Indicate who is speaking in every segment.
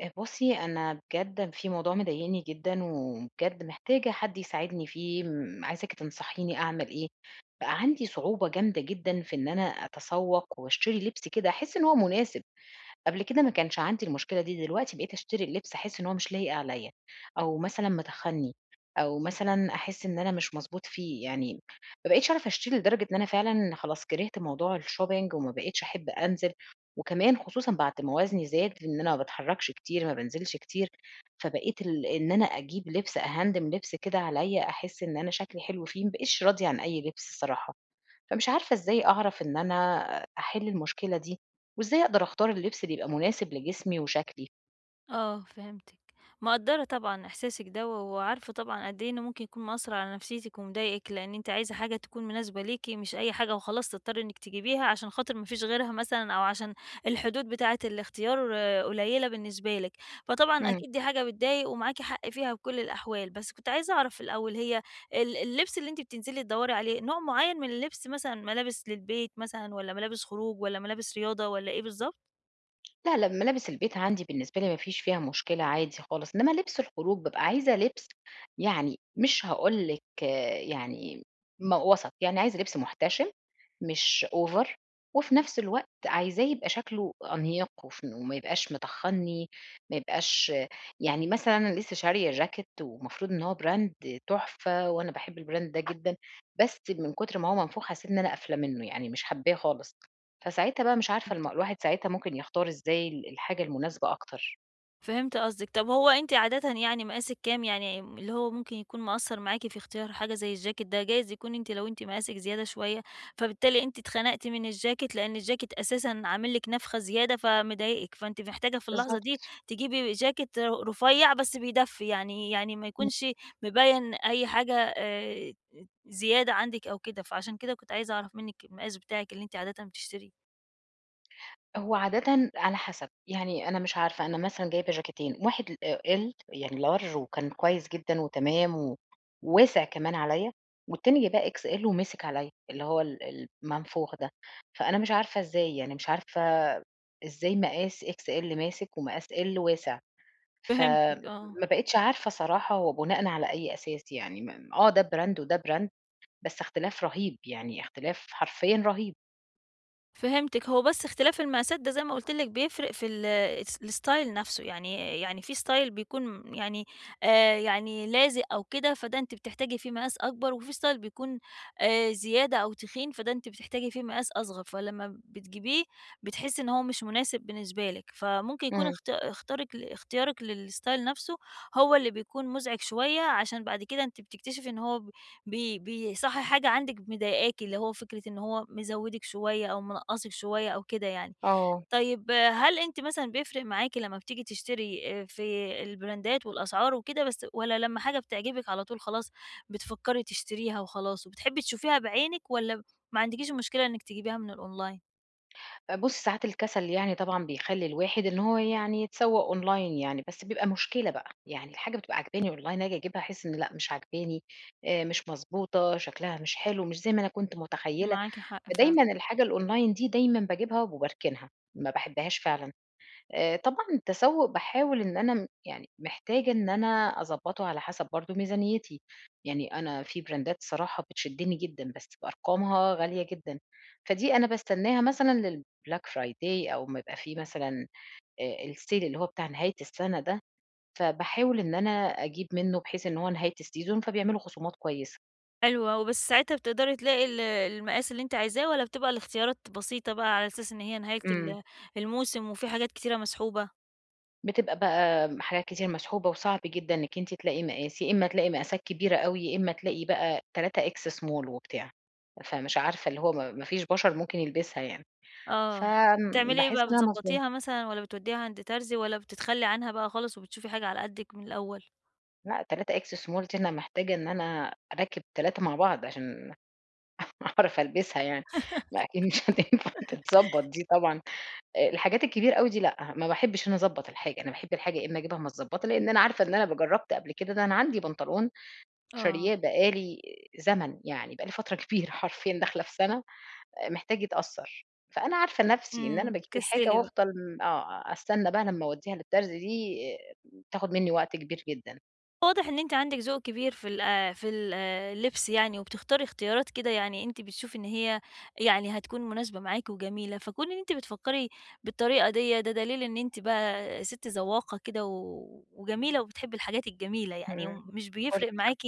Speaker 1: بُصّي، أنا بجد في موضوع مضايقني جدًا وبجد محتاجة حد يساعدني فيه، عايزاكِ تنصحيني أعمل إيه. بقى عندي صعوبة جامدة جدًا في إن أنا أتسوّق واشتري لبس كده أحس إن هو مناسب. قبل كده ما كانش عندي المشكلة دي، دلوقتي بقيت أشتري اللبس أحس إن هو مش لايق عليَّ، أو مثلًا متخنّي، أو مثلًا أحس إن أنا مش مضبوط فيه، يعني ما بقيتش أعرف أشتري لدرجة إن أنا فعلًا خلاص كرهت موضوع الshopping وما بقيتش أحب أنزل، وكمان خصوصًا بعد ما وزني زاد إن أنا ما باتحركش كتير، ما بانزلش كتير، فبقيت إن أنا أجيب لبس أهندم لبس كده عليَّ أحس إن أنا شكلي حلو فيه، ما بقيتش راضية عن أي لبس الصراحة. فمش عارفة إزاي أعرف إن أنا أحل المشكلة دي، وإزاي أقدر أختار اللبس اللي يبقى مناسب لجسمي وشكلي؟
Speaker 2: آه، فهمتِك. مقدّرة طبعًا إحساسِك دوّة، وعارفة طبعًا قد إيه إنه ممكن يكون مأثّر على نفسيتِك ومضايقِك، لإن أنتِ عايزة حاجة تكون مناسبة ليكِ، مش أي حاجة وخلاص تضطري إنِك تجيبيها عشان خاطر ما فيش غيرها مثلًا، أو عشان الحدود بتاعة الاختيار قليلة بالنسبة لِك. فطبعًا أكيد دي حاجة بتضايق ومعاكِ حق فيها بكل الأحوال، بس كنت عايزة أعرف الأول، هي اللبس اللي أنتِ بتنزلي تدوّري عليه نوع معيّن من اللبس؟ مثلًا ملابس للبيت مثلًا، والّا ملابس خروج، والّا ملابس رياضة، والّا إيه بالضبط؟
Speaker 1: لا، لأ، ملابس البيت عندي بالنسبة لي ما فيش فيها مشكلة عادي خالص، إنما لبس الخروج بابقى عايزة لبس، يعني مش هاقول لِك، يعني وسط، يعني عايزة لبس محتشم مش over، وفي نفس الوقت عايزاه يبقى شكله أنيق وف وما يبقاش مطخّني، ما يبقاش يعني مثلًا أنا لسه شارية جاكيت ومفروض إن هو براند تحفة وأنا باحب البراند ده جدًا، بس من كتر ما هو منفوخ حسيت إن أنا قافلة منه، يعني مش حاباه خالص. فساعتها بقى مش عارفة الواحد ساعتها ممكن يختار إزاي الحاجة المناسبة أكتر.
Speaker 2: فهمت قصدِك. طب هو أنتِ عادةً يعني مقاسِك كام؟ يعني اللي هو ممكن يكون مأثّر معاكِ في اختيار حاجة زي الجاكيت ده، جايز يكون لو أنتِ مقاسِك زيادة شوية، فبالتالي أنتِ اتخنقتِ من الجاكيت، لإن الجاكيت أساسًا عامل لِك نفخة زيادة فمضايقِك، فأنتِ محتاجة في اللحظة دي
Speaker 1: بالضبط.
Speaker 2: تجيبي جاكيت رفيّع بس بيدفّي، يعني ما
Speaker 1: إمم.
Speaker 2: يكونش مبيّن أي حاجة زيادة عندِك أو كده. فعشان كده كنت عايزة أعرف منِّك المقاس بتاعِك اللي أنتِ عادةً بتشتريه.
Speaker 1: هو عادةً على حسب، يعني أنا مش عارفة، أنا مثلًا جايبة جاكيتين، واحد L يعني large، وكان كويس جدًا وتمام و وواسع كمان عليَّ، والتاني جايباه XL ومِسِك عليَّ، اللي هو المنفوخ ده. فأنا مش عارفة إزاي، يعني مش عارفة إزاي مقاس XL ماسك ومقاس L واسع،
Speaker 2: فهمتِك، آه.
Speaker 1: فما بقيتش عارفة صراحة هو بناءً على أي أساس، يعني م آه ده براند وده براند بس اختلاف رهيب، يعني اختلاف حرفيًا رهيب.
Speaker 2: فهمتِك. هو بس اختلاف المقاسات ده، زي ما قُلت لِك، بيفرق في ال الس الstyle نفْسه. يعني في style بيكون يعني لازق أو كده، فده أنتِ بتحتاجي فيه مقاس أكبر، وفي style بيكون زيادة أو تخين، فده أنتِ بتحتاجي فيه مقاس أصغر، فلمّا بتجيبيه بتحسّي إن هو مش مناسب بالنسبة لِك. فممكن يكون
Speaker 1: إمم،
Speaker 2: اخت اختارِك ل اختيارِك للstyle نفْسه هو اللي بيكون مُزعج شوية، عشان بعد كده أنتِ بتكتشفي إن هو ب بي بيصحّح حاجة عندِك مضايقاكِ، اللي هو فكرة إن هو مزوّدِك شوية أو منقّصِك شوية أو كده يعني.
Speaker 1: آه.
Speaker 2: طيب، آه. هل أنتِ مثلًا بيفرق معاكِ لمّا بتيجي تشتري في البراندات والأسعار وكده بس، والّا لمّا حاجة بتعجبِك على طول خلاص بتفكّري تشتريها وخلاص، وبتحبّي تشوفيها بعينِك، والّا ما عندكيش مشكلة إنِّك تجيبيها من الأونلاين؟
Speaker 1: بُصّي، ساعات الكسل يعني طبعًا بيخلّي الواحد إن هو يعني يتسوّق online يعني، بس بيبقى مشكلة بقى، يعني الحاجة بتبقى عاجباني online، آجي أجيبها أحس إن لأ مش عاجباني، مش مضبوطة، شكلها مش حلو، مش زي ما أنا كنت متخيّلة،
Speaker 2: معاكِ حق فعلًا.
Speaker 1: فدايمًا الحاجة الonline دي دايمًا باجيبها وباركنها، ما باحبهاش فعلًا. طبعًا التسوُّق باحاول إن أنا يعني محتاجة إن أنا أضبّطه على حسب برضه ميزانيتي، يعني أنا في براندات الصراحة بتشدّني جدًا، بس بأرقامها غالية جدًا، فدي أنا باستناها مثلًا للBlack Friday، أو أمّا يبقى في مثلًا الsale اللي هو بتاع نهاية السَنة ده، فباحاول إن أنا أجيب منّه بحيث إن هو نهاية السيزون فبيعملوا خصومات كويسة.
Speaker 2: حلو أوي، بس ساعتها بتقدري تلاقي المقاس اللي أنتِ عايزاه، والّا بتبقى الاختيارات بسيطة بقى على أساس إن هي نهاية
Speaker 1: إمم.
Speaker 2: الموسم وفي حاجات كتيرة مسحوبة؟
Speaker 1: بتبقى بقى حاجات كتير مسحوبة وصعب جدا إنِّك أنتِ تلاقي مقاس، يا إمّا تلاقي مقاسات كبيرة أوي، يا إمّا تلاقي بقى 3X small وبتاع، فمش عارفة، اللي هو ما فيش بشر ممكن يلبسها يعني،
Speaker 2: آه. بتعملي إيه
Speaker 1: باحس
Speaker 2: بقى؟
Speaker 1: إن أنا مصدومة.
Speaker 2: بتضبّطيها مثلًا، والّا بتودّيها عند ترزي، والّا بتتخلّي عنها بقى خالص وبتشوفي حاجة على قدِّك من الأول؟
Speaker 1: لأ، 3X small دي أنا محتاجة إن أنا أركّب 3 مع بعض عشان أعرف ألبسها يعني، ما أكيد مش هتنفع تتضبّط دي طبعًا. الحاجات الكبيرة أوي دي لأ، ما باحبش إن أنا أضبّط الحاجة، أنا باحب الحاجة يا إمّا أجيبها متضبّطة، لإن أنا عارفة إن أنا جرّبت قبل كده، ده أنا عندي بنطلون
Speaker 2: آه.
Speaker 1: شارياه بقى لي زمن، يعني بقى لي فترة كبيرة حرفيًا داخلة في سَنة محتاج يتأثّر، فأنا عارفة نَفْسي إن أنا باجيب الحاجة
Speaker 2: بتكسّلي بقى.
Speaker 1: وأفضل، م آه، أستنى بقى لمّا أودّيها للترزي دي آه، تاخُد منّي وقت كبير جدًا.
Speaker 2: واضح إن أنتِ عندِك ذوق كبير في ال في ال اللبس يعني، وبتختاري اختيارات كده يعني أنتِ بتشوفي إن هي يعني هتكون مناسبة معاكِ وجميلة. فكون إن أنتِ بتفكّري بالطريقة ديّة ده دليل إن أنتِ بقى سِت ذواقة كده، وجميلة، وبتحبي الحاجات الجميلة يعني،
Speaker 1: إمم.
Speaker 2: ومش بيفرق معاكِ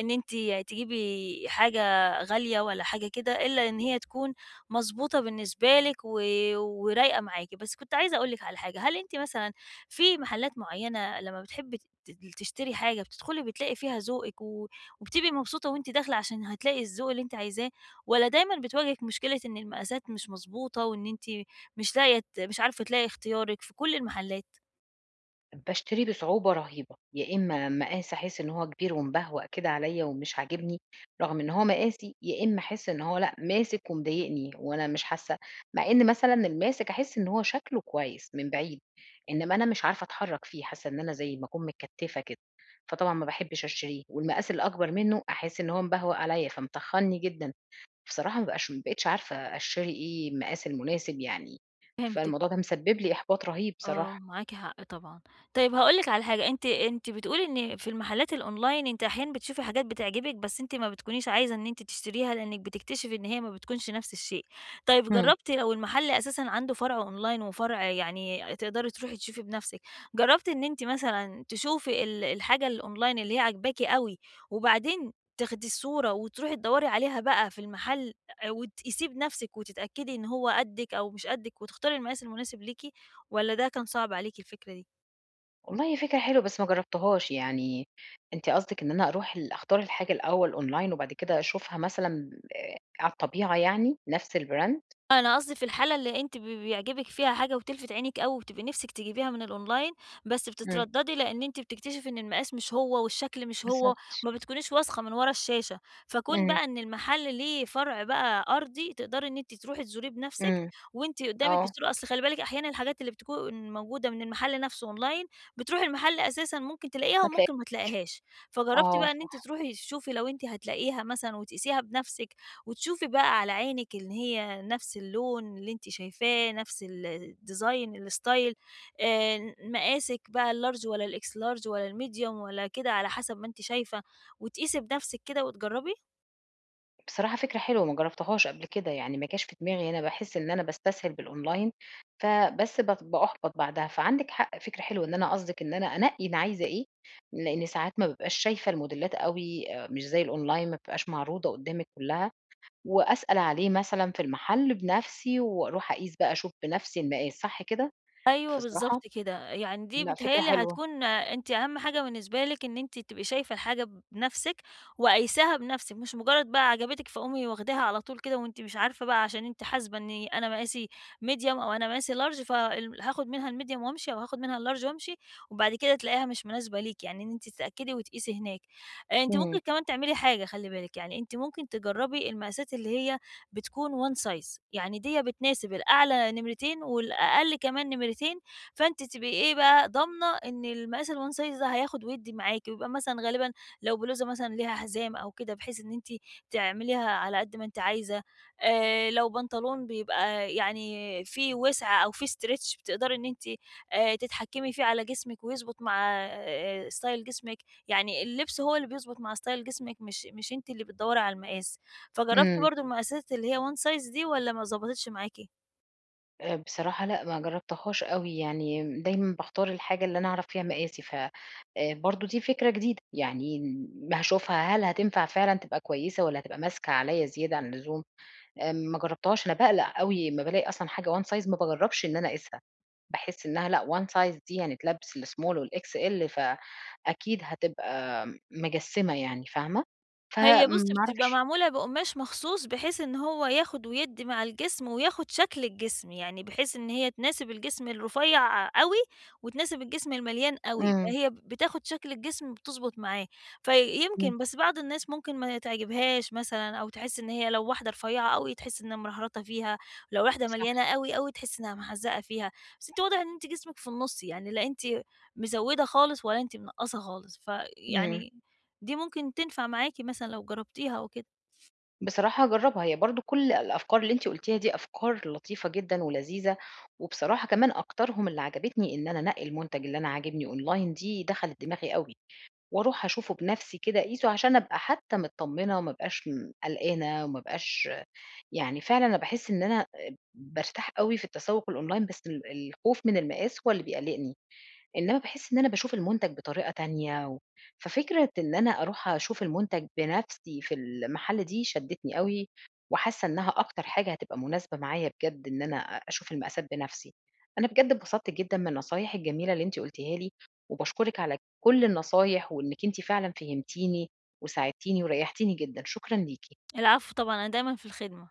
Speaker 2: إن أنتِ تجيبي حاجة غالية ولا حاجة كده، إلا إن هي تكون مضبوطة بالنسبة لِك ورايقة معاكِ. بس كنت عايزة أقول لِك على حاجة، هل أنتِ مثلًا في محلات معينة لمّا بتحبي ت ت تشتري حاجة بتدخلي بتلاقي فيها ذوقِك، وبتبقي مبسوطة وأنتِ داخلة عشان هتلاقي الذوق اللي أنتِ عايزاه، والّا دايمًا بتواجهِك مشكلة إن المقاسات مش مضبوطة وإن أنتِ مش لاقية مش عارفة تلاقي اختيارِك في كل المحلات؟
Speaker 1: باشتريه بصعوبة رهيبة، يا إمّا مقاس أحس إن هو كبير ومبهوأ كده عليَّ ومش عاجبني، رغم إن هو مقاسي، يا إمّا أحس إن هو لأ ماسك ومضايقني وأنا مش حاسة، مع إن مثلًا الماسك أحس إن هو شكله كويس من بعيد، إنما أنا مش عارفة أتحرك فيه، حاسة إن أنا زي ما أكون متكتفة كده، فطبعًا ما باحبش أشتريه، والمقاس الأكبر منه أحس إن هو مبهوأ عليَّ فمطخنّي جدًا، بصراحة ما بقيتش عارفة أشتري إيه المقاس المناسب يعني،
Speaker 2: فهمتِك.
Speaker 1: فالموضوع ده مسبب لي إحباط رهيب
Speaker 2: آه،
Speaker 1: بصراحة.
Speaker 2: معاكِ حق طبعًا. طيب هاقول لِك على حاجة. أنتِ بتقولي إن في المحلات الأونلاين أنتِ أحيانًا بتشوفي حاجات بتعجبِك، بس أنتِ ما بتكونيش عايزة إن أنتِ تشتريها، لإنِّك بتكتشفي إن هي ما بتكونش نفس الشيء. طيب
Speaker 1: إمم.
Speaker 2: جرّبتِ لو المحل أساسًا عنده فرع أونلاين وفرع، يعني تقدري تروحي تشوفي بنفسِك، جرّبتِ إن أنتِ مثلًا تشوفي الحاجة الأونلاين اللي هي عاجباكِ أوي، وبعدين تاخدي الصورة وتروحي تدوّري عليها بقى في المحل وتقيسيه بنفسِك وتتأكدي إن هو قدِّك أو مش قدِّك وتختاري المقاس المناسب ليكِ؟ والّا ده كان صعب عليكِ الفكرة دي؟
Speaker 1: والله هي فكرة حلوة بس ما جرّبتهاش، يعني أنتِ قصدِك إن أنا أروح أختار الحاجة الأول أونلاين وبعد كده أشوفها مثلًا على الطبيعة يعني، نفْس الbrand؟
Speaker 2: أنا قصدي في الحالة اللي أنتِ بيعجبِك فيها حاجة وتلفت عينِك أوي وبتبقي نِفسِك تجيبيها من الأونلاين، بس
Speaker 1: إمم،
Speaker 2: بتترددي لإن أنتِ بتكتشفي إن المقاس مش هو والشكل مش هو،
Speaker 1: بالضبط،
Speaker 2: وما بتكونيش واثقة من ورا الشاشة. فكون
Speaker 1: إمم،
Speaker 2: بقى إن المحل ليه فرع بقى أرضي تقدري إن أنتِ تروحي تزوريه بنَفسِك،
Speaker 1: إمم،
Speaker 2: وأنتِ قدامِك
Speaker 1: آه،
Speaker 2: الصورة، أصل خلّي بالِك أحيانًا الحاجات اللي بتكون موجودة من المحل نَفسه أونلاين، بتروحي المحل أساسًا ممكن تلاقيها
Speaker 1: ما
Speaker 2: وممكن
Speaker 1: تلاقي،
Speaker 2: ما تلاقيهاش. فجربتِ
Speaker 1: آه
Speaker 2: بقى إن
Speaker 1: صح.
Speaker 2: أنتِ تروحي تشوفي لو أنتِ هتلاقيها مثلًا وتقيسيها بنَفسِك وتشوفي بقى على عينِك إن هي نفس اللون اللي أنتِ شايفاه، نفس الdesign، الstyle، مقاسِك بقى الlarge والّا الXlarge والّا الmedium والّا كده على حسب ما أنتِ شايفة، وتقيسي بنفسِك كده وتجربي؟
Speaker 1: بصراحة فكرة حلوة ما جرّبتهاش قبل كده، يعني ما جاش في دماغي، أنا باحس إن أنا باستسهل بالأونلاين، فبس باُحبط بعدها، فعندِك حق، فكرة حلوة، إن أنا قصدِك إن أنا أنقّي أنا عايزة إيه، لإن ساعات ما بابقاش شايفة الموديلات أوي، مش زي الأونلاين ما بتبقاش معروضة قدّامِك كلّها. وأسأل عليه مثلًا في المحل بنَفْسي وأروح أقيس بقى، أشوف بنَفْسي المقاس، صح كده؟
Speaker 2: أيوه بالضبط
Speaker 1: بصراحة
Speaker 2: كده. يعني دي
Speaker 1: لأ،
Speaker 2: بيتهيأ
Speaker 1: فكرة
Speaker 2: لي
Speaker 1: حلوة.
Speaker 2: هتكون أنتِ أهم حاجة بالنسبة لِك إن أنتِ تبقي شايفة الحاجة بنَفْسِك وقايساها بنَفْسِك، مش مجرّد بقى عجبتِك فقومي واخداها على طول كده وأنتِ مش عارفة بقى، عشان أنتِ حاسبة إن أنا مقاسي medium أو أنا مقاسي large، هاخد منها الmedium وأمشي أو هاخد منها الlarge وأمشي، وبعد كده تلاقيها مش مناسبة ليكِ. يعني إن أنتِ تتأكدي وتقيسي هناك. أنتِ
Speaker 1: إمم،
Speaker 2: ممكن كمان تعملي حاجة، خلّي بالِك، يعني أنتِ ممكن تجرّبي المقاسات اللي هي بتكون one size، يعني ديّة بتناسب الأعلى نمرتين والأقل كمان نمرتين، فأنتِ تبقي إيه بقى؟ ضامنة إن المقاس الone size ده هياخد ويدّي معاكِ، ويبقى مثلًا غالبًا لو بلوزة مثلًا ليها حزام أو كده بحيث إن أنتِ تعمليها على قد ما أنتِ عايزة. لو بنطلون بيبقى يعني فيه وسع أو فيه stretch بتقدري إن أنتِ تتحكمي فيه على جسمِك ويضبط مع style جسمِك، يعني اللبس هو اللي بيضبط مع style جسمِك، مش أنتِ اللي بتدوّري على المقاس. فجربتِ
Speaker 1: إمم.
Speaker 2: برضه المقاسات اللي هي one size دي والّا ما ضبطتش معاكِ؟
Speaker 1: بصراحة لأ، ما جرّبتهاش أوي، يعني دايمًا باختار الحاجة اللي أنا أعرف فيها مقاسي، ف برضه دي فكرة جديدة، يعني هاشوفها هل هتنفع فعلًا تبقى كويسة والّا هتبقى ماسكة عليّا زيادة عن اللزوم، ما جرّبتهاش، أنا باقلق أوي أمّا بالاقي أصلًا حاجة one size، ما باجرّبش إن أنا أقيسها. باحس إنها لأ، one size دي هنتلبس الsmall والXL فأكيد هتبقى مجسّمة، يعني فاهمة؟
Speaker 2: هي بُصّي،
Speaker 1: فما
Speaker 2: بتبقى
Speaker 1: أعرفش.
Speaker 2: معمولة بقماش مخصوص بحيث إن هو ياخد ويدّي مع الجسم، وياخد شكل الجسم، يعني بحيث إن هي تناسب الجسم الرفيّع أوي، وتناسب الجسم المليان أوي،
Speaker 1: إمم،
Speaker 2: فهي بتاخد شكل الجسم بتضبط معاه.
Speaker 1: إمم،
Speaker 2: فيمكن بس بعض الناس ممكن ما تعجبهاش مثلًا، أو تحس إن هي لو واحدة رفيّعة أوي تحس إنها مرهرطة فيها، لو واحدة
Speaker 1: صح،
Speaker 2: مليانة أوي أوي تحس إنها محزّقة فيها. بس أنتِ واضح إن أنتِ جسمِك في النُص يعني، لا أنتِ مزوّدة خالص، ولا أنتِ منقّصة خالص،
Speaker 1: إمم.
Speaker 2: فيعني دي ممكن تنفع معاكِ مثلًا لو جربتيها أو كده.
Speaker 1: بصراحة هاجرّبها، هي برضه كل الأفكار اللي أنتِ قُلتيها دي أفكار لطيفة جدًا ولذيذة، وبصراحة كمان أكترهم اللي عجبتني إن أنا أنقّي المنتج اللي أنا عاجبني أونلاين، دي دخلت دماغي أوي، وأروح أشوفه بنَفْسي كده أقيسه عشان أبقى حتى متطمنة وما ابقاش قلقانة، وما ابقاش يعني فعلًا أنا باحس إن أنا بارتاح أوي في التسوق الأونلاين، بس الخوف من المقاس هو اللي بيقلّقني، إنما باحس إن أنا باشوف المنتج بطريقة تانية ففكرة إن أنا أروح أشوف المنتج بنفسي في المحل دي شدّتني أوي، وحاسة إنها أكتر حاجة هتبقى مناسبة معايا بجد إن أنا أشوف المقاسات بنفسي. أنا بجد اتبسطت جدًا من النصايح الجميلة اللي أنتِ قُلتيها لي، وباشكرِك على كل النصايح، وإنِّك أنتِ فعلًا فهمتيني وساعدتيني وريّحتيني جدًا، شكرًا ليكِ.
Speaker 2: العفو طبعًا، أنا دايمًا في الخدمة.